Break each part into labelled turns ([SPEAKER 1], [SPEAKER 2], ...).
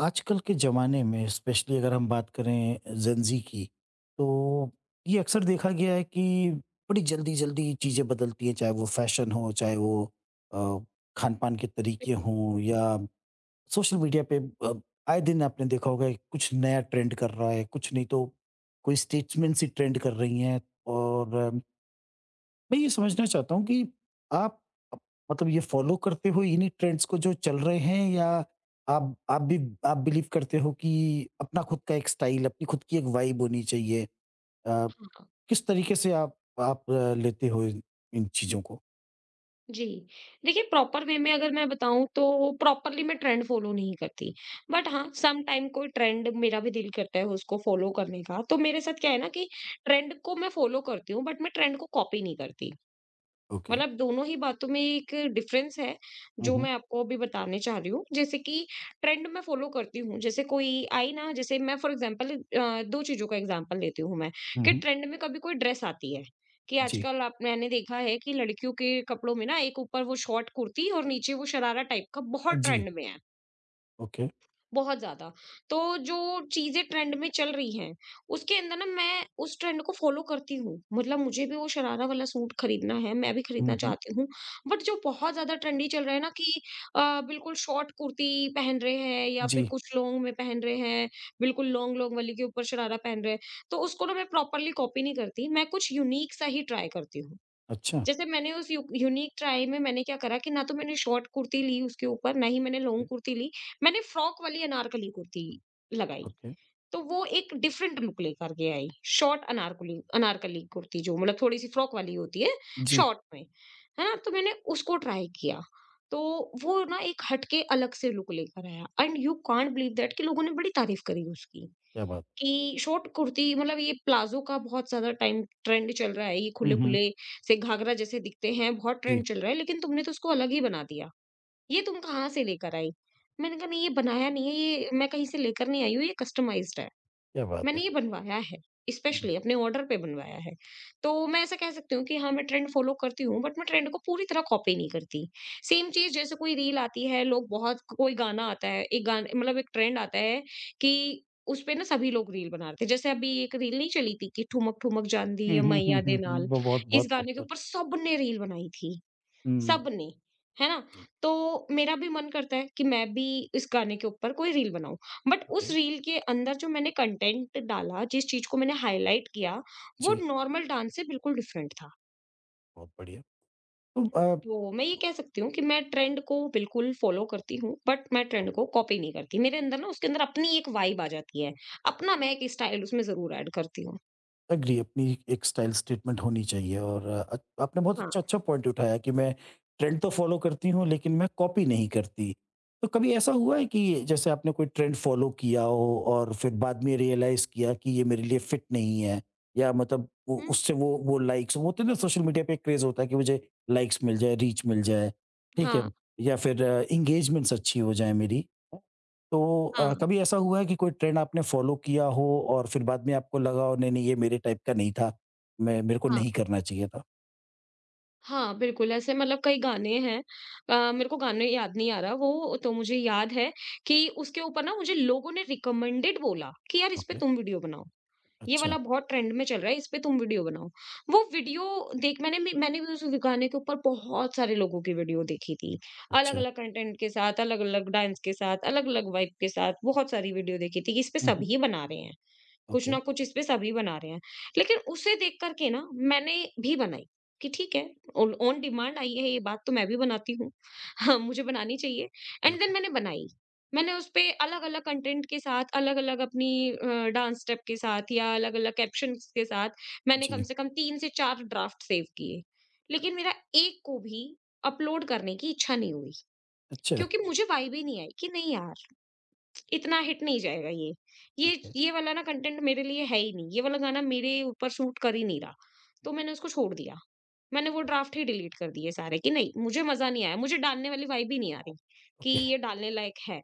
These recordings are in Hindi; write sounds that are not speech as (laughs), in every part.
[SPEAKER 1] आजकल के ज़माने में स्पेशली अगर हम बात करें जेनज़ी की, तो ये अक्सर देखा गया है कि बड़ी जल्दी-जल्दी चीज़ें बदलती हैं, चाहे वो फ़ैशन हो, चाहे वो अ, खान-पान के तरीके हों या सोशल मीडिया पे अ, आए दिन आपने देखा होगा कि कुछ नया ट्रेंड कर रहा है, कुछ नहीं तो कोई स्टेट्समैन सी ट्रेंड कर रही हैं। और मैं ये समझना चाहता हूँ कि आप अप- मतलब ये फॉलो करते हो इन्हीं ट्रेंड्स को जो चल रहे हैं, या आप आप भी आप बिलीव करते हो कि अपना खुद का एक स्टाइल, अपनी खुद की एक वाइब होनी चाहिए। अ,
[SPEAKER 2] हाँ,
[SPEAKER 1] किस तरीके से आप लेते हो इन चीजों को।
[SPEAKER 2] जी। देखिए प्रॉपर वे में अगर मैं बताऊँ तो प्रॉपरली मैं ट्रेंड फ़ॉलो नहीं करती। बट हाँ, सम टाइम कोई ट्रेंड मेरा भी दिल करता है उसको फ़ॉलो करने का। तो मेरे साथ क्या है ना कि ट्रेंड को मैं फ़ॉलो करती हूँ बट मैं ट्रेंड को कॉपी नहीं करती।
[SPEAKER 1] ओके।
[SPEAKER 2] मतलब दोनों ही बातों में एक डिफरेंस है जो
[SPEAKER 1] हम्म।
[SPEAKER 2] मैं आपको अभी बताने चाह रही हूँ। जैसे कि ट्रेंड मैं फ़ॉलो करती हूँ, जैसे कोई आई ना जैसे मैं फ़ॉर एग्ज़ाम्पल 2 चीज़ों का एग्ज़ाम्पल लेती हूँ मैं कि
[SPEAKER 1] हम्म।
[SPEAKER 2] ट्रेंड में कभी कोई ड्रेस आती है कि
[SPEAKER 1] जी।
[SPEAKER 2] आजकल आप मैंने देखा है कि लड़कियों के कपड़ों में ना एक ऊपर वो शॉर्ट कुर्ती और नीचे वो शरारा टाइप का बहुत
[SPEAKER 1] जी।
[SPEAKER 2] ट्रेंड में है।
[SPEAKER 1] ओके।
[SPEAKER 2] बहुत ज़्यादा। तो जो चीज़ें ट्रेंड में चल रही हैं, उसके अंदर ना मैं उस ट्रेंड को फ़ॉलो करती हूँ। मतलब मुझे भी वो शरारा वाला सूट खरीदना है, मैं भी खरीदना
[SPEAKER 1] हम्म।
[SPEAKER 2] चाहती हूँ। बट जो बहुत ज़्यादा ट्रेंडी चल रहा है ना कि बिल्कुल शॉर्ट कुर्ती पहन रहे हैं या फिर
[SPEAKER 1] जी।
[SPEAKER 2] कुछ लॉन्ग में पहन रहे हैं, बिल्कुल लॉन्ग लॉन्ग वाली के ऊपर शरारा पहन रहे हैं। तो उसको ना मैं प्रॉपर्ली कॉपी नहीं करती, मैं कुछ यूनिक सा ही ट्राई करती हूँ।
[SPEAKER 1] अच्छा।
[SPEAKER 2] जैसे मैंने उस यू यूनिक ट्राई में मैंने क्या करा कि ना तो मैंने शॉर्ट कुर्ती ली उसके ऊपर, ना ही मैंने लॉन्ग
[SPEAKER 1] ओके।
[SPEAKER 2] कुर्ती ली। मैंने फ्रॉक वाली अनारकली कुर्ती लगाई।
[SPEAKER 1] ओके,
[SPEAKER 2] तो वो एक डिफरेंट लुक लेकर के आई। शॉर्ट अनारकली अनारकली कुर्ती जो मतलब थोड़ी-सी फ्रॉक वाली होती है,
[SPEAKER 1] जी।
[SPEAKER 2] शॉर्ट में। है ना? तो मैंने उसको ट्राई किया। तो वो ना एक हटके अलग से लुक लेकर आया and you can't believe that कि लोगों ने बड़ी तारीफ़ करी उसकी।
[SPEAKER 1] क्या बात।
[SPEAKER 2] कि शॉर्ट कुर्ती मतलब ये प्लाज़ो का बहुत ज़्यादा टाइम ट्रेंड चल रहा है, ये
[SPEAKER 1] हम्म।
[SPEAKER 2] खुले-खुले से घाघरा जैसे दिखते हैं, बहुत
[SPEAKER 1] जी।
[SPEAKER 2] ट्रेंड चल रहा है, लेकिन तुमने तो उसको अलग ही बना दिया। ये तुम कहाँ से लेकर आई? मैंने कहा नहीं ये बनाया नहीं है, ये मैं कहीं से लेकर नहीं आई हूँ, ये कस्टमाइज़्ड है।
[SPEAKER 1] क्या बात है।
[SPEAKER 2] मैंने ये बनवाया है,
[SPEAKER 1] हम्म,
[SPEAKER 2] स्पेशली अपने ऑर्डर पे बनवाया है। तो मैं ऐसा कह सकती हूँ कि हाँ, मैं ट्रेंड फ़ॉलो करती हूँ बट मैं ट्रेंड को पूरी तरह कॉपी नहीं करती। सेम चीज़ जैसे कोई रील आती है, लोग बहुत कोई गाना आता है, एक गान मतलब एक ट्रेंड आता है कि उसपे ना सभी लोग रील बना रहे थे। जैसे अभी एक रील नहीं चली थी कि ठुमक ठुमक जांदी है मैया दे नाल,
[SPEAKER 1] वो बहुत
[SPEAKER 2] इस
[SPEAKER 1] बहुत
[SPEAKER 2] गाने के
[SPEAKER 1] पॉपुलर।
[SPEAKER 2] ऊपर सबने रील बनाई थी।
[SPEAKER 1] हम्म।
[SPEAKER 2] सबने, है ना?
[SPEAKER 1] जी।
[SPEAKER 2] तो मेरा भी मन करता है कि मैं भी इस गाने के ऊपर कोई रील बनाऊँ। But
[SPEAKER 1] okay.
[SPEAKER 2] उस रील के अंदर जो मैंने कंटेंट डाला, जिस चीज़ को मैंने हाइलाइट किया, वो
[SPEAKER 1] जी।
[SPEAKER 2] नॉर्मल डांस से बिल्कुल डिफरेंट था।
[SPEAKER 1] बहुत बढ़िया। तो
[SPEAKER 2] तो मैं ये कह सकती हूँ कि मैं ट्रेंड को बिल्कुल फॉलो करती हूँ, बट मैं ट्रेंड को कॉपी नहीं करती। मेरे अंदर ना उसके अंदर अपनी एक वाइब आ जाती है। अपना मैं एक स्टाइल उसमें ज़रूर ऐड करती हूँ।
[SPEAKER 1] एग्री, अपनी एक स्टाइल स्टेटमेंट होनी चाहिए। और आपने बहुत
[SPEAKER 2] हाँ।
[SPEAKER 1] अच्छा-अच्छा पॉइंट उठाया कि मैं ट्रेंड तो फ़ॉलो करती हूँ, लेकिन मैं कॉपी नहीं करती। तो कभी ऐसा हुआ है कि जैसे आपने कोई ट्रेंड फ़ॉलो किया हो और फिर बाद में रियलाइज़ किया कि ये मेरे लिए फिट नहीं है, या मतलब वो
[SPEAKER 2] हुँ,
[SPEAKER 1] उससे वो लाइक्स, वो होते हैं ना सोशल मीडिया पे एक क्रेज़ होता है कि मुझे लाइक्स मिल जाए, रीच मिल जाए, ठीक है?
[SPEAKER 2] हाँ,
[SPEAKER 1] या फिर एंगेजमेंट्स अच्छी हो जाए मेरी। तो
[SPEAKER 2] हाँ, हाँ।
[SPEAKER 1] कभी ऐसा हुआ है कि कोई ट्रेंड आपने फॉलो किया हो और फिर बाद में आपको लगा हो, नहीं, नहीं ये मेरे टाइप का नहीं था। मैं, मेरे को नहीं करना चाहिए था।
[SPEAKER 2] हाँ, बिल्कुल, ऐसे मतलब कई गाने हैं मेरे को गाने याद नहीं आ रहा वो तो मुझे याद है कि उसके ऊपर ना मुझे लोगों ने रिकमेंडेड बोला कि यार इस पे
[SPEAKER 1] ओके,
[SPEAKER 2] तुम वीडियो बनाओ। ये
[SPEAKER 1] अच्छा,
[SPEAKER 2] वाला बहुत ट्रेंड में चल रहा है, इस पे तुम वीडियो बनाओ। वो वीडियो देख मैंने भी उस गाने के ऊपर बहुत सारे लोगों की वीडियो देखी थी।
[SPEAKER 1] अच्छा।
[SPEAKER 2] अलग-अलग कंटेंट के साथ, अलग-अलग डांस के साथ, अलग-अलग वाइब के साथ बहुत सारी वीडियो देखी थी कि इस पे
[SPEAKER 1] हुँ, हुँ।
[SPEAKER 2] सभी बना रहे हैं। कुछ
[SPEAKER 1] ओके,
[SPEAKER 2] ना कुछ इसपे सभी बना रहे हैं। लेकिन उसे देख कर के ना मैंने भी बनाई कि ठीक है ऑन ऑन डिमांड आई है ये बात तो मैं भी बनाती हूँ। (laughs) हाँ, मुझे बनानी चाहिए एंड देन
[SPEAKER 1] बिल्कुल।
[SPEAKER 2] मैंने बनाई। मैंने उसपे अलग-अलग कंटेंट के साथ, अलग-अलग अपनी डांस स्टेप के साथ या अलग-अलग कैप्शंस के साथ मैंने कम
[SPEAKER 1] जी,
[SPEAKER 2] से कम 3 से 4 ड्राफ्ट सेव किए। लेकिन मेरा एक को भी अपलोड करने की इच्छा नहीं हुई
[SPEAKER 1] अच्छा।
[SPEAKER 2] क्योंकि मुझे वाइब ही नहीं आई कि नहीं यार इतना हिट नहीं जाएगा ये। ये
[SPEAKER 1] ओके,
[SPEAKER 2] ये वाला ना कंटेंट मेरे लिए है ही नहीं। ये वाला गाना मेरे ऊपर सूट कर ही नहीं रहा। तो मैंने उसको छोड़ दिया। मैंने वो
[SPEAKER 1] ओ
[SPEAKER 2] ड्राफ्ट ही डिलीट कर दिए सारे कि नहीं, मुझे मज़ा नहीं आया। मुझे डालने वाली वाइब ही नहीं आ रही कि
[SPEAKER 1] ओके,
[SPEAKER 2] ये डालने लायक है।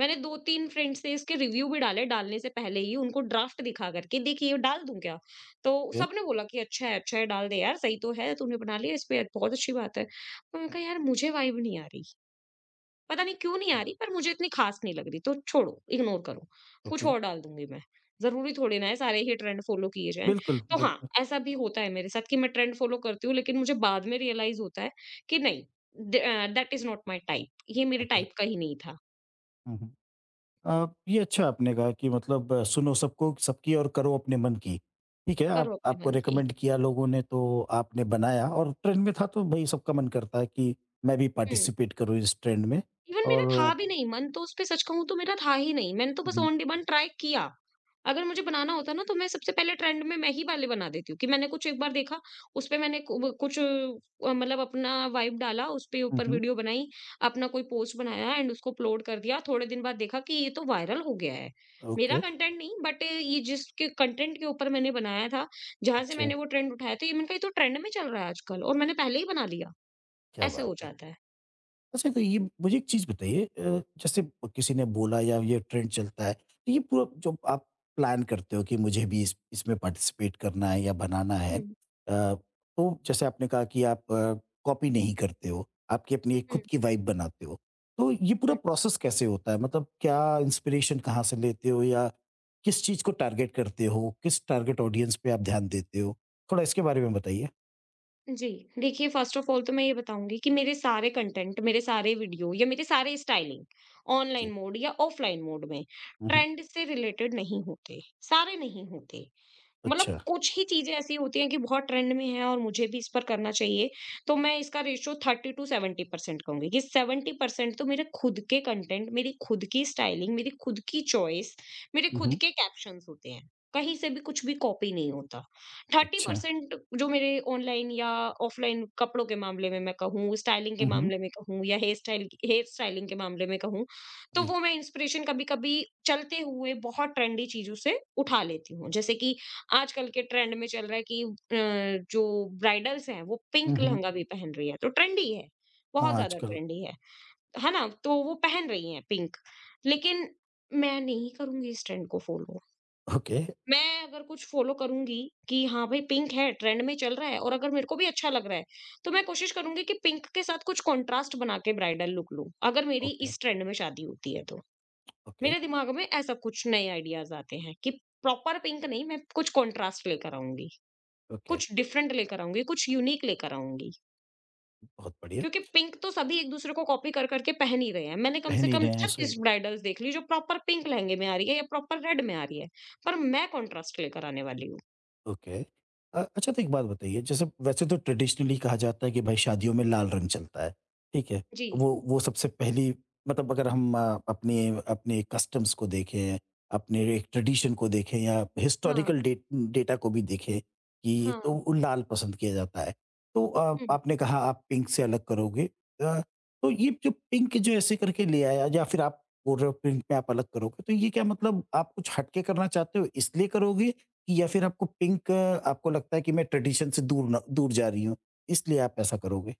[SPEAKER 2] मैंने 2-3 फ्रेंड्स से इसके रिव्यू भी डाले डालने से पहले ही उनको ड्राफ्ट दिखा करके देखिए ये डाल दूँ क्या? तो
[SPEAKER 1] ओके,
[SPEAKER 2] सबने बोला कि अच्छा है डाल दे यार सही तो है तूने बना लिया इस पे बहुत अच्छी बात है। तो मैंने कहा यार मुझे वाइब नहीं आ रही। पता नहीं क्यों नहीं आ
[SPEAKER 1] हुँ,
[SPEAKER 2] रही पर मुझे इतनी खास नहीं लग रही तो छोड़ो, इग्नोर करो, कुछ
[SPEAKER 1] ओके।
[SPEAKER 2] और डाल दूँगी मैं। ज़रूरी थोड़ी ना है सारे ही ट्रेंड फॉलो किए जाएँ।
[SPEAKER 1] बिल्कुल,
[SPEAKER 2] तो हाँ,
[SPEAKER 1] बिल्कुल।
[SPEAKER 2] ऐसा भी होता है मेरे साथ कि मैं ट्रेंड फॉलो करती हूँ लेकिन मुझे बाद में रियलाइज़ होता है कि नहीं that is not my type ये मेरे
[SPEAKER 1] ओके।
[SPEAKER 2] टाइप का ही नहीं था।
[SPEAKER 1] हुँ, हुँ। ये अच्छा आपने कहा कि मतलब सुनो सबको सबकी और करो अपने मन की। ठीक है, आप
[SPEAKER 2] करो अपने
[SPEAKER 1] आपको
[SPEAKER 2] मन की।
[SPEAKER 1] रिकमेंड किया लोगों ने तो आपने बनाया और ट्रेंड में था, तो भई सबका मन करता है कि मैं भी
[SPEAKER 2] हुँ।
[SPEAKER 1] पार्टिसिपेट करूँ इस ट्रेंड में।
[SPEAKER 2] इवन मेरा था
[SPEAKER 1] और
[SPEAKER 2] भी नहीं मन तो उस पे सच कहूँ तो मेरा था ही नहीं। मैंने तो बस
[SPEAKER 1] हुँ,
[SPEAKER 2] ऑन डिमांड ट्राई किया। अगर मुझे बनाना होता ना तो मैं सबसे पहले ट्रेंड में मैं ही वाले बना देती हूँ कि मैंने कुछ एक बार देखा, उस पे मैंने कु कुछ अ, मतलब अपना वाइब डाला, उसपे
[SPEAKER 1] हुँ,
[SPEAKER 2] ऊपर
[SPEAKER 1] हुँ,
[SPEAKER 2] वीडियो बनाई, अपना कोई पोस्ट बनाया एंड उसको अपलोड कर दिया। थोड़े दिन बाद देखा कि ये तो वायरल हो गया है। मेरा
[SPEAKER 1] ओके,
[SPEAKER 2] कंटेंट नहीं बट ये जिसके कंटेंट के ऊपर मैंने बनाया था, जहाँ से
[SPEAKER 1] अच्छा,
[SPEAKER 2] मैंने वो ट्रेंड उठाया था, ये मैंने कहा ये तो ट्रेंड में चल रहा है आजकल और मैंने पहले ही बना लिया।
[SPEAKER 1] क्या
[SPEAKER 2] ऐसे हो
[SPEAKER 1] बात है।
[SPEAKER 2] जाता है।
[SPEAKER 1] अच्छा, तो ये मुझे एक चीज़ बताइए, जैसे किसी ने बोला या ये ट्रेंड चलता है, तो ये पूरा जो आप प्लान करते हो कि मुझे भी इस इसमें पार्टिसिपेट करना है या बनाना है,
[SPEAKER 2] हुँ,
[SPEAKER 1] तो जैसे आपने कहा कि आप कॉपी नहीं करते हो, आपकी अपनी एक
[SPEAKER 2] हुँ, हुँ।
[SPEAKER 1] खुद की वाइब बनाते हो। तो ये पूरा प्रोसेस कैसे होता है? मतलब क्या, इंस्पिरेशन कहाँ से लेते हो, या किस चीज़ को टारगेट करते हो? किस टारगेट ऑडियंस पे आप ध्यान देते हो? थोड़ा इसके बारे में बताइए।
[SPEAKER 2] जी, देखिए फ़र्स्ट ऑफ़ ऑल तो मैं ये बताऊँगी कि मेरे सारे कंटेंट, मेरे सारे वीडियो या मेरे सारे स्टाइलिंग
[SPEAKER 1] जी।
[SPEAKER 2] ऑनलाइन मोड या ऑफ़लाइन मोड में
[SPEAKER 1] हुँ, हुँ।
[SPEAKER 2] ट्रेंड से रिलेटेड नहीं होते, सारे नहीं होते। मतलब
[SPEAKER 1] अच्छा।
[SPEAKER 2] कुछ ही चीज़ें ऐसी होती हैं कि बहुत ट्रेंड में है और मुझे भी इस पर करना चाहिए, तो मैं इसका रेशियो 30 टू 70% कहूँगी कि 70% तो मेरे खुद के कंटेंट, मेरी खुद की स्टाइलिंग, मेरी खुद की चॉइस, मेरे
[SPEAKER 1] हुँ,
[SPEAKER 2] खुद
[SPEAKER 1] हुँ।
[SPEAKER 2] के कैप्शंस होते हैं। कहीं से भी कुछ भी कॉपी नहीं होता।
[SPEAKER 1] अच्छा।
[SPEAKER 2] 30% जो मेरे ऑनलाइन या ऑफलाइन कपड़ों के मामले में मैं कहूँ, स्टाइलिंग के
[SPEAKER 1] हुँ, हुँ।
[SPEAKER 2] मामले में कहूँ या हेयर स्टाइलिंग के मामले में कहूँ, तो
[SPEAKER 1] जी।
[SPEAKER 2] वो मैं इंस्पिरेशन कभी-कभी चलते हुए बहुत ट्रेंडी चीज़ों से उठा लेती हूँ। जैसे कि आजकल के ट्रेंड में चल रहा है कि जो ब्राइडल्स हैं, वो
[SPEAKER 1] हुँ,
[SPEAKER 2] पिंक
[SPEAKER 1] हुँ।
[SPEAKER 2] लहंगा भी पहन रही हैं, तो ट्रेंडी है,
[SPEAKER 1] हाँ,
[SPEAKER 2] बहुत ज़्यादा
[SPEAKER 1] आजकल
[SPEAKER 2] ट्रेंडी है ना? तो वो पहन रही हैं पिंक, लेकिन मैं नहीं करूँगी इस ट्रेंड को फॉलो।
[SPEAKER 1] ओके,
[SPEAKER 2] मैं अगर कुछ फॉलो करूँगी कि हाँ भाई पिंक है, ट्रेंड में चल रहा है और अगर मेरे को भी अच्छा लग रहा है, तो मैं कोशिश करूँगी कि पिंक के साथ कुछ कॉन्ट्रास्ट बना के ब्राइडल लुक लूँ, अगर मेरी
[SPEAKER 1] ओके,
[SPEAKER 2] इस ट्रेंड में शादी होती है तो।
[SPEAKER 1] ओके,
[SPEAKER 2] मेरे दिमाग में ऐसा कुछ नए आइडियाज़ आते हैं कि प्रॉपर पिंक नहीं, मैं कुछ कॉन्ट्रास्ट लेकर आऊँगी।
[SPEAKER 1] ओके।
[SPEAKER 2] कुछ डिफरेंट लेकर आऊँगी, कुछ यूनिक लेकर आऊँगी।
[SPEAKER 1] बहुत बढ़िया।
[SPEAKER 2] क्योंकि पिंक तो सभी एक दूसरे को कॉपी कर कर के पहन ही रहे हैं। मैंने कम
[SPEAKER 1] पहन
[SPEAKER 2] से
[SPEAKER 1] ही
[SPEAKER 2] कम
[SPEAKER 1] रहे हैं, सही
[SPEAKER 2] 36 ब्राइडल्स देख ली जो प्रॉपर पिंक लहंगे में आ रही है या प्रॉपर रेड में आ रही है। पर मैं कॉन्ट्रास्ट लेकर आने वाली हूँ।
[SPEAKER 1] ओके। अच्छा, तो एक बात बताइए, जैसे वैसे तो ट्रेडिशनली कहा जाता है कि भाई शादियों में लाल रंग चलता है, ठीक है?
[SPEAKER 2] जी।
[SPEAKER 1] वो सबसे पहली, मतलब अगर हम अपने अपने कस्टम्स को देखें, अपने एक ट्रेडिशन को देखें, या
[SPEAKER 2] हाँ,
[SPEAKER 1] हिस्टोरिकल डेटा को भी देखें, कि तो
[SPEAKER 2] हाँ।
[SPEAKER 1] वो लाल पसंद किया जाता है। तो
[SPEAKER 2] हुँ।
[SPEAKER 1] आपने कहा आप पिंक से अलग करोगे। अ, तो ये जो पिंक, जो ऐसे करके ले आया, या फिर आप बोल रहे हो पिंक में आप अलग करोगे, तो ये क्या मतलब, आप कुछ हटके करना चाहते हो इसलिए करोगे, या फिर आपको पिंक, आपको लगता है कि मैं ट्रेडिशन से दूर ना, दूर जा रही हूँ, इसलिए आप ऐसा करोगे?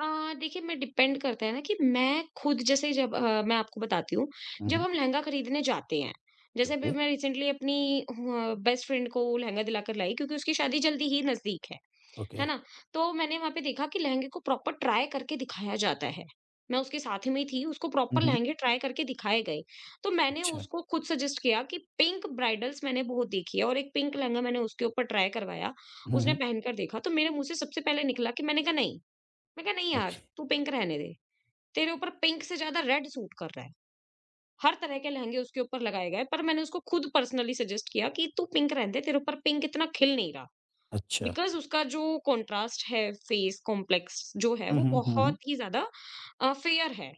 [SPEAKER 2] देखिए मैं डिपेंड करता है ना कि मैं खुद जैसे जब मैं आपको बताती हूँ,
[SPEAKER 1] हुँ,
[SPEAKER 2] जब
[SPEAKER 1] हुँ।
[SPEAKER 2] हम लहंगा खरीदने जाते हैं, जैसे अभी
[SPEAKER 1] ओके,
[SPEAKER 2] मैं रिसेंटली अपनी बेस्ट फ्रेंड को लहंगा दिलाकर लाई क्योंकि उसकी शादी जल्दी ही नज़दीक
[SPEAKER 1] ओके।
[SPEAKER 2] है ना? तो मैंने वहाँ पे देखा कि लहंगे को प्रॉपर ट्राई करके दिखाया जाता है। मैं उसके साथ में थी, उसको
[SPEAKER 1] हुँ,
[SPEAKER 2] प्रॉपर
[SPEAKER 1] हुँ।
[SPEAKER 2] लहंगे ट्राई करके दिखाए गए। तो मैंने
[SPEAKER 1] अच्छा।
[SPEAKER 2] उसको खुद सजेस्ट किया कि पिंक ब्राइडल्स मैंने बहुत देखी है और एक पिंक लहंगा मैंने उसके ऊपर ट्राई करवाया,
[SPEAKER 1] हुँ,
[SPEAKER 2] उसने
[SPEAKER 1] हुँ।
[SPEAKER 2] पहनकर देखा तो मेरे मुँह से सबसे पहले निकला कि मैंने कहा नहीं
[SPEAKER 1] ओके।
[SPEAKER 2] यार, तू पिंक रहने दे। तेरे ऊपर पिंक से ज़्यादा रेड सूट कर रहा है। हर तरह के लहंगे उसके ऊपर लगाए गए पर मैंने उसको खुद पर्सनली सजेस्ट किया कि तू पिंक रहने दे, तेरे ऊपर पिंक इतना खिल नहीं रहा।
[SPEAKER 1] अच्छा।
[SPEAKER 2] बिकॉज़ उसका जो कंट्रास्ट है, फेस कॉम्प्लेक्स जो है
[SPEAKER 1] हुँ,
[SPEAKER 2] वो
[SPEAKER 1] हुँ, हुँ, हुँ।
[SPEAKER 2] बहुत ही ज़्यादा फेयर है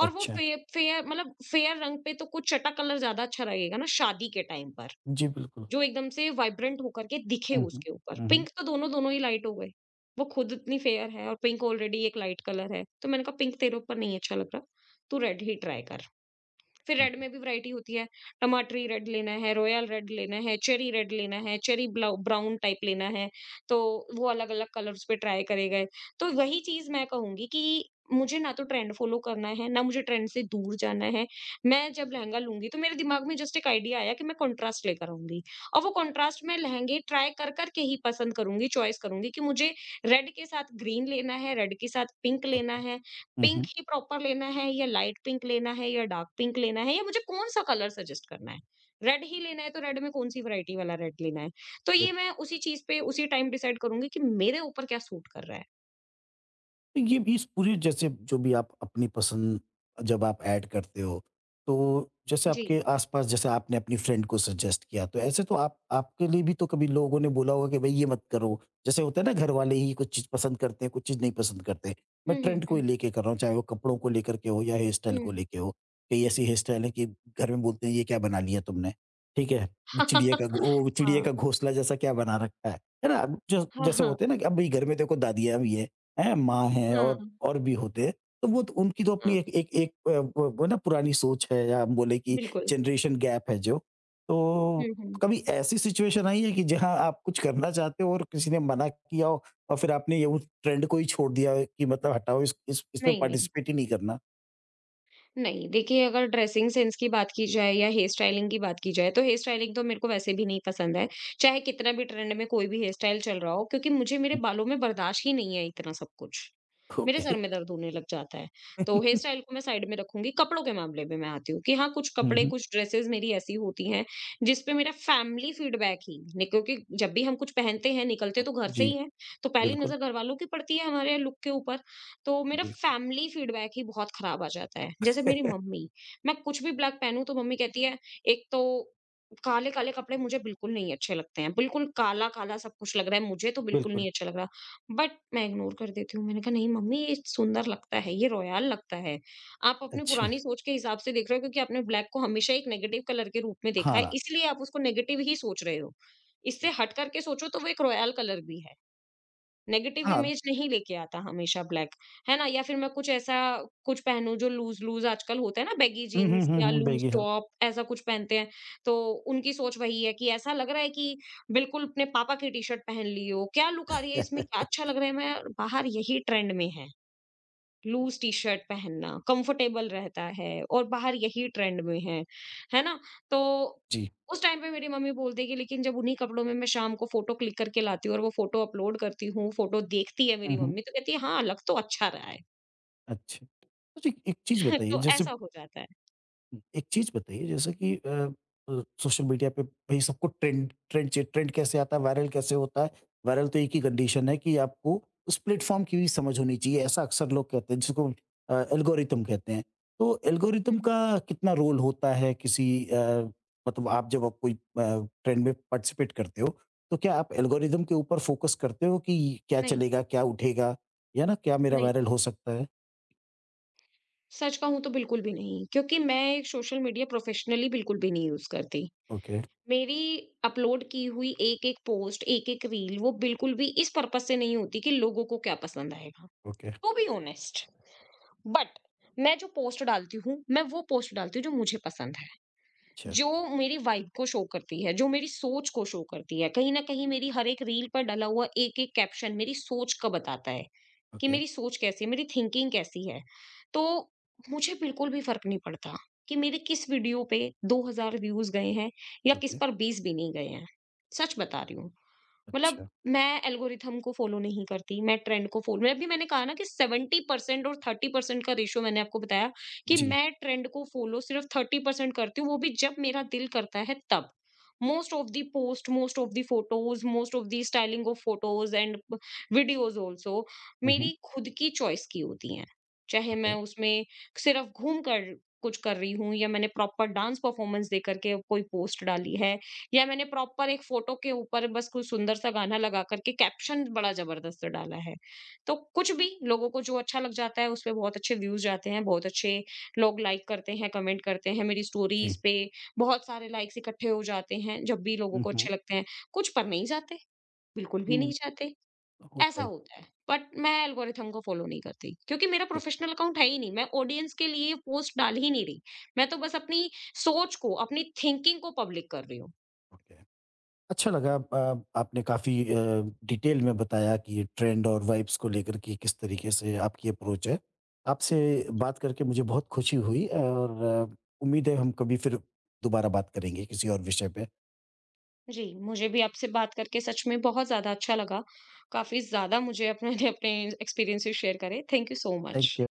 [SPEAKER 2] और वो
[SPEAKER 1] अच्छा।
[SPEAKER 2] फे फेयर मतलब फेयर रंग पे तो कुछ चटा कलर ज़्यादा अच्छा लगेगा ना शादी के टाइम पर।
[SPEAKER 1] जी, बिल्कुल।
[SPEAKER 2] जो एकदम से वाइब्रेंट होकर के दिखे
[SPEAKER 1] हुँ, हुँ।
[SPEAKER 2] उसके ऊपर।
[SPEAKER 1] हुँ, हुँ।
[SPEAKER 2] पिंक तो दोनों-दोनों ही लाइट हो गए। वो खुद इतनी फेयर है और पिंक ऑलरेडी एक लाइट कलर है। तो मैंने कहा पिंक तेरे ऊपर नहीं अच्छा लग रहा, तू रेड ही ट्राई कर। फिर
[SPEAKER 1] हुँ,
[SPEAKER 2] रेड
[SPEAKER 1] हुँ।
[SPEAKER 2] में भी वैरायटी होती है, टमाटरी रेड लेना है, रॉयल रेड लेना है, चेरी रेड लेना है, चेरी ब्लाउ ब्राउन टाइप लेना है, तो वो अलग-अलग कलर्स पे ट्राई करे गए। तो वही चीज़ मैं कहूँगी कि मुझे ना तो ट्रेंड फॉलो करना है, ना मुझे ट्रेंड से दूर जाना है। मैं जब लहंगा लूँगी तो मेरे दिमाग में जस्ट एक आइडिया आया कि मैं कंट्रास्ट लेकर आऊँगी और वो कंट्रास्ट मैं लहंगे ट्राई कर-कर के ही पसंद करूँगी, चॉइस करूँगी कि मुझे रेड के साथ ग्रीन लेना है, रेड के साथ पिंक लेना
[SPEAKER 1] ओके।
[SPEAKER 2] है,
[SPEAKER 1] हुँ,
[SPEAKER 2] पिंक
[SPEAKER 1] हुँ।
[SPEAKER 2] ही प्रॉपर लेना है या लाइट पिंक लेना है या डार्क पिंक लेना है या मुझे कौन सा कलर सजेस्ट करना है, रेड ही लेना है तो रेड में कौन सी वैरायटी वाला रेड लेना है। तो
[SPEAKER 1] बिल
[SPEAKER 2] ये मैं उसी चीज पे उसी टाइम डिसाइड करूंगी कि मेरे ऊपर क्या सूट कर रहा है।
[SPEAKER 1] तो ये भी, इस पूरी, जैसे जो भी आप अपनी पसंद जब आप ऐड करते हो, तो जैसे
[SPEAKER 2] जी।
[SPEAKER 1] आपके आस-पास, जैसे आपने अपनी फ्रेंड को सजेस्ट किया, तो ऐसे तो आप आपके लिए भी तो कभी लोगों ने बोला होगा कि भई ये मत करो। जैसे होता है ना, घर वाले ही कुछ चीज़ पसंद करते हैं, कुछ चीज़ नहीं पसंद करते। मैं
[SPEAKER 2] हम्म हम्म
[SPEAKER 1] ट्रेंड को ही
[SPEAKER 2] हम्म
[SPEAKER 1] लेके कर रहा हूँ, चाहे वो कपड़ों को लेकर के हो या हेयर स्टाइल को
[SPEAKER 2] हम्म।
[SPEAKER 1] लेके हो। कई ऐसी हेयर स्टाइल है कि घर में बोलते हैं, ये क्या बना लिया तुमने, ठीक है?
[SPEAKER 2] (laughs)
[SPEAKER 1] चिड़िया
[SPEAKER 2] हाँ,
[SPEAKER 1] का घोंसला जैसा क्या बना रखा है ना? जो
[SPEAKER 2] हाँ,
[SPEAKER 1] जैसे
[SPEAKER 2] हाँ,
[SPEAKER 1] होते हैं ना, कि अब ये घर में देखो, दादियाँ भी हैं। हैं, माँ हैं,
[SPEAKER 2] हाँ,
[SPEAKER 1] और भी होते हैं, तो वो तो उनकी तो अपनी
[SPEAKER 2] हाँ,
[SPEAKER 1] एक एक एक वो ना पुरानी सोच है, या हम बोले कि
[SPEAKER 2] बिल्कुल।
[SPEAKER 1] जनरेशन गैप है जो। तो
[SPEAKER 2] हम्म।
[SPEAKER 1] कभी ऐसी सिचुएशन आई है कि जहाँ आप कुछ करना चाहते हो और किसी ने मना किया हो, और फिर आपने ये उस ट्रेंड को ही छोड़ दिया हो कि मतलब हटाओ, इस इसमें
[SPEAKER 2] नहीं, नहीं,
[SPEAKER 1] पार्टिसिपेट ही नहीं करना?
[SPEAKER 2] नहीं, देखिए अगर ड्रेसिंग सेंस की बात की जाए या हेयर स्टाइलिंग की बात की जाए, तो हेयर स्टाइलिंग तो मेरे को वैसे भी नहीं पसंद है। चाहे कितना भी ट्रेंड में कोई भी हेयर स्टाइल चल रहा हो, क्योंकि मुझे मेरे बालों में बर्दाश्त ही नहीं है इतना सब कुछ। मेरे
[SPEAKER 1] ओके।
[SPEAKER 2] सर में दर्द होने लग जाता है। तो हेयर स्टाइल
[SPEAKER 1] (laughs)
[SPEAKER 2] को मैं साइड में रखूँगी, कपड़ों के मामले में मैं आती हूँ कि हाँ, कुछ
[SPEAKER 1] हुँ,
[SPEAKER 2] कपड़े,
[SPEAKER 1] हुँ।
[SPEAKER 2] कुछ ड्रेसेज़ मेरी ऐसी होती हैं, जिस पे मेरा फैमिली फीडबैक ही नि, क्योंकि जब भी हम कुछ पहनते हैं, निकलते तो घर से ही
[SPEAKER 1] जी,
[SPEAKER 2] हैं, तो पहली
[SPEAKER 1] बिल्कुल,
[SPEAKER 2] नज़र घरवालों की पड़ती है हमारे लुक के ऊपर। तो मेरा
[SPEAKER 1] बिल्कुल।
[SPEAKER 2] फैमिली फीडबैक ही बहुत खराब आ जाता है। जैसे मेरी
[SPEAKER 1] (laughs)
[SPEAKER 2] मम्मी, मैं कुछ भी ब्लैक पहनूँ तो मम्मी कहती है, एक तो काले-काले कपड़े मुझे बिल्कुल नहीं अच्छे लगते हैं, बिल्कुल काला-काला सब कुछ लग रहा है, मुझे तो बिल्कुल
[SPEAKER 1] बिल्कुल,
[SPEAKER 2] नहीं अच्छा लग रहा। बट मैं इग्नोर कर देती हूँ, मैंने कहा नहीं मम्मी ये सुंदर लगता है, ये रॉयल लगता है। आप अपनी
[SPEAKER 1] अच्छा।
[SPEAKER 2] पुरानी सोच के हिसाब से देख रहे हो क्योंकि आपने ब्लैक को हमेशा एक नेगेटिव कलर के रूप में देखा है,
[SPEAKER 1] हाँ,
[SPEAKER 2] इसलिए आप उसको नेगेटिव ही सोच रहे हो।
[SPEAKER 1] जी।
[SPEAKER 2] इससे हट कर के सोचो तो वो एक रॉयल कलर भी है। नेगेटिव
[SPEAKER 1] हाँ।
[SPEAKER 2] इमेज नहीं लेके आता हमेशा ब्लैक, है ना? या फिर मैं कुछ पहनूँ जो लूज़-लूज़ आजकल होता है ना, बैगी
[SPEAKER 1] हुँ, हुँ,
[SPEAKER 2] जीन्स
[SPEAKER 1] हुँ,
[SPEAKER 2] या
[SPEAKER 1] हुँ,
[SPEAKER 2] लूज़
[SPEAKER 1] देखिए हम।
[SPEAKER 2] टॉप ऐसा कुछ पहनते हैं, तो उनकी सोच वही है कि ऐसा लग रहा है कि बिल्कुल अपने पापा की टी-शर्ट पहन ली हो, क्या लुक आ रही है इसमें, क्या
[SPEAKER 1] (laughs)
[SPEAKER 2] अच्छा लग रहा है, मैं बाहर यही ट्रेंड में है। लूज टी शर्ट पहनना कंफर्टेबल रहता है और बाहर यही ट्रेंड में है ना? तो
[SPEAKER 1] जी।
[SPEAKER 2] उस टाइम पे मेरी मम्मी बोलती है कि, लेकिन जब उन्हीं कपड़ों में मैं शाम को फोटो क्लिक करके लाती हूँ और वो फोटो अपलोड करती हूँ, फोटो देखती है
[SPEAKER 1] हुँ,
[SPEAKER 2] मेरी
[SPEAKER 1] हुँ।
[SPEAKER 2] मम्मी तो कहती है हाँ लग तो अच्छा रहा है।
[SPEAKER 1] अच्छा। अच्छा, एक एक चीज़
[SPEAKER 2] (laughs)
[SPEAKER 1] बताइए
[SPEAKER 2] तो
[SPEAKER 1] जैसे
[SPEAKER 2] ऐसा हो जाता है।
[SPEAKER 1] एक चीज़ बताइए, जैसे कि सोशल मीडिया पे, भई सबको ट्रेंड ट्रेंड चे ट्रेंड कैसे आता है, वायरल कैसे होता है? वायरल तो एक ही कंडीशन है कि आपको उस प्लेटफ़ॉर्म की भी समझ होनी चाहिए, ऐसा अक्सर लोग कहते हैं, जिसको एल्गोरिथम कहते हैं। तो एल्गोरिथम
[SPEAKER 2] हम्म,
[SPEAKER 1] का कितना रोल होता है किसी मतलब आप, जब आप कोई ट्रेंड में पार्टिसिपेट करते हो, तो क्या आप एल्गोरिथम के ऊपर फ़ोकस करते हो कि क्या
[SPEAKER 2] नहीं।
[SPEAKER 1] चलेगा, क्या उठेगा? या ना, क्या मेरा
[SPEAKER 2] नहीं,
[SPEAKER 1] वायरल हो सकता है?
[SPEAKER 2] सच कहूं तो बिल्कुल भी नहीं क्योंकि मैं एक सोशल मीडिया प्रोफेशनली बिल्कुल भी नहीं यूज करती।
[SPEAKER 1] ओके,
[SPEAKER 2] मेरी अपलोड की हुई एक एक पोस्ट, एक एक रील वो बिल्कुल भी इस पर्पस से नहीं होती कि लोगों को क्या पसंद आएगा।
[SPEAKER 1] Okay.
[SPEAKER 2] To be honest, but मैं जो पोस्ट डालती हूँ मैं वो पोस्ट डालती हूँ जो मुझे पसंद है,
[SPEAKER 1] अच्छा,
[SPEAKER 2] जो मेरी वाइब को शो करती है, जो मेरी सोच को शो करती है। कहीं ना कहीं मेरी हर एक रील पर डला हुआ एक एक कैप्शन मेरी सोच का बताता है कि
[SPEAKER 1] ओके,
[SPEAKER 2] मेरी सोच कैसी है, मेरी थिंकिंग कैसी है। तो मुझे बिल्कुल भी फर्क नहीं पड़ता कि मेरे किस वीडियो पे 2000 व्यूज गए हैं या किस
[SPEAKER 1] ओके,
[SPEAKER 2] पर 20 भी नहीं गए हैं। सच बता रही हूँ। मतलब
[SPEAKER 1] अच्छा,
[SPEAKER 2] मैं एल्गोरिथम को फ़ॉलो नहीं करती, मैं ट्रेंड को फ़ॉलो मैं अभी मैंने कहा ना कि 70% और 30% का रेशियो मैंने आपको बताया कि
[SPEAKER 1] जी।
[SPEAKER 2] मैं ट्रेंड को फ़ॉलो सिर्फ़ 30% करती हूँ, वो भी जब मेरा दिल करता है तब। Most of the post, most of the photos, most of the styling of photos and videos also
[SPEAKER 1] हुँ, हुँ,
[SPEAKER 2] मेरी खुद की चॉइस की होती हैं। चाहे मैं
[SPEAKER 1] ओके,
[SPEAKER 2] उसमें सिर्फ़ घूम कर कुछ कर रही हूँ या मैंने प्रॉपर डांस परफ़ॉर्मेंस देकर के कोई पोस्ट डाली है या मैंने प्रॉपर एक फ़ोटो के ऊपर बस कोई सुंदर सा गाना लगा कर के कैप्शन बड़ा ज़बरदस्त डाला है। तो कुछ भी लोगों को जो अच्छा लग जाता है उस पे बहुत अच्छे व्यूज़ जाते हैं, बहुत अच्छे लोग लाइक करते हैं, कमेंट करते हैं, मेरी
[SPEAKER 1] जी।
[SPEAKER 2] स्टोरीज़ पे बहुत सारे लाइक्स इकट्ठे हो जाते हैं, जब भी लोगों
[SPEAKER 1] हुँ,
[SPEAKER 2] को
[SPEAKER 1] हुँ,
[SPEAKER 2] अच्छे लगते हैं। कुछ पर नहीं जाते, बिल्कुल भी नहीं
[SPEAKER 1] हुँ,
[SPEAKER 2] जाते,
[SPEAKER 1] होता
[SPEAKER 2] ऐसा
[SPEAKER 1] है,
[SPEAKER 2] होता है। बट मैं एल्गोरिथम को फ़ॉलो नहीं करती क्योंकि मेरा
[SPEAKER 1] ओ
[SPEAKER 2] प्रोफ़ेशनल अकाउंट है ही नहीं, मैं ऑडियंस के लिए पोस्ट डाल ही नहीं रही। मैं तो बस अपनी सोच को, अपनी थिंकिंग को पब्लिक कर रही हूँ।
[SPEAKER 1] ओके। अच्छा लगा, आपने काफ़ी डिटेल में बताया कि ये ट्रेंड और वाइब्स को लेकर के किस तरीके से आपकी अप्रोच है। आपसे बात करके मुझे बहुत खुशी हुई, और अ, उम्मीद है हम कभी फिर दोबारा बात करेंगे किसी और विषय पे।
[SPEAKER 2] जी, मुझे भी आपसे बात करके सच में बहुत ज़्यादा अच्छा लगा। काफ़ी ज़्यादा मुझे अपने अपने एक्सपीरियंसेस शेयर करे। Thank you so much.
[SPEAKER 1] Thank you.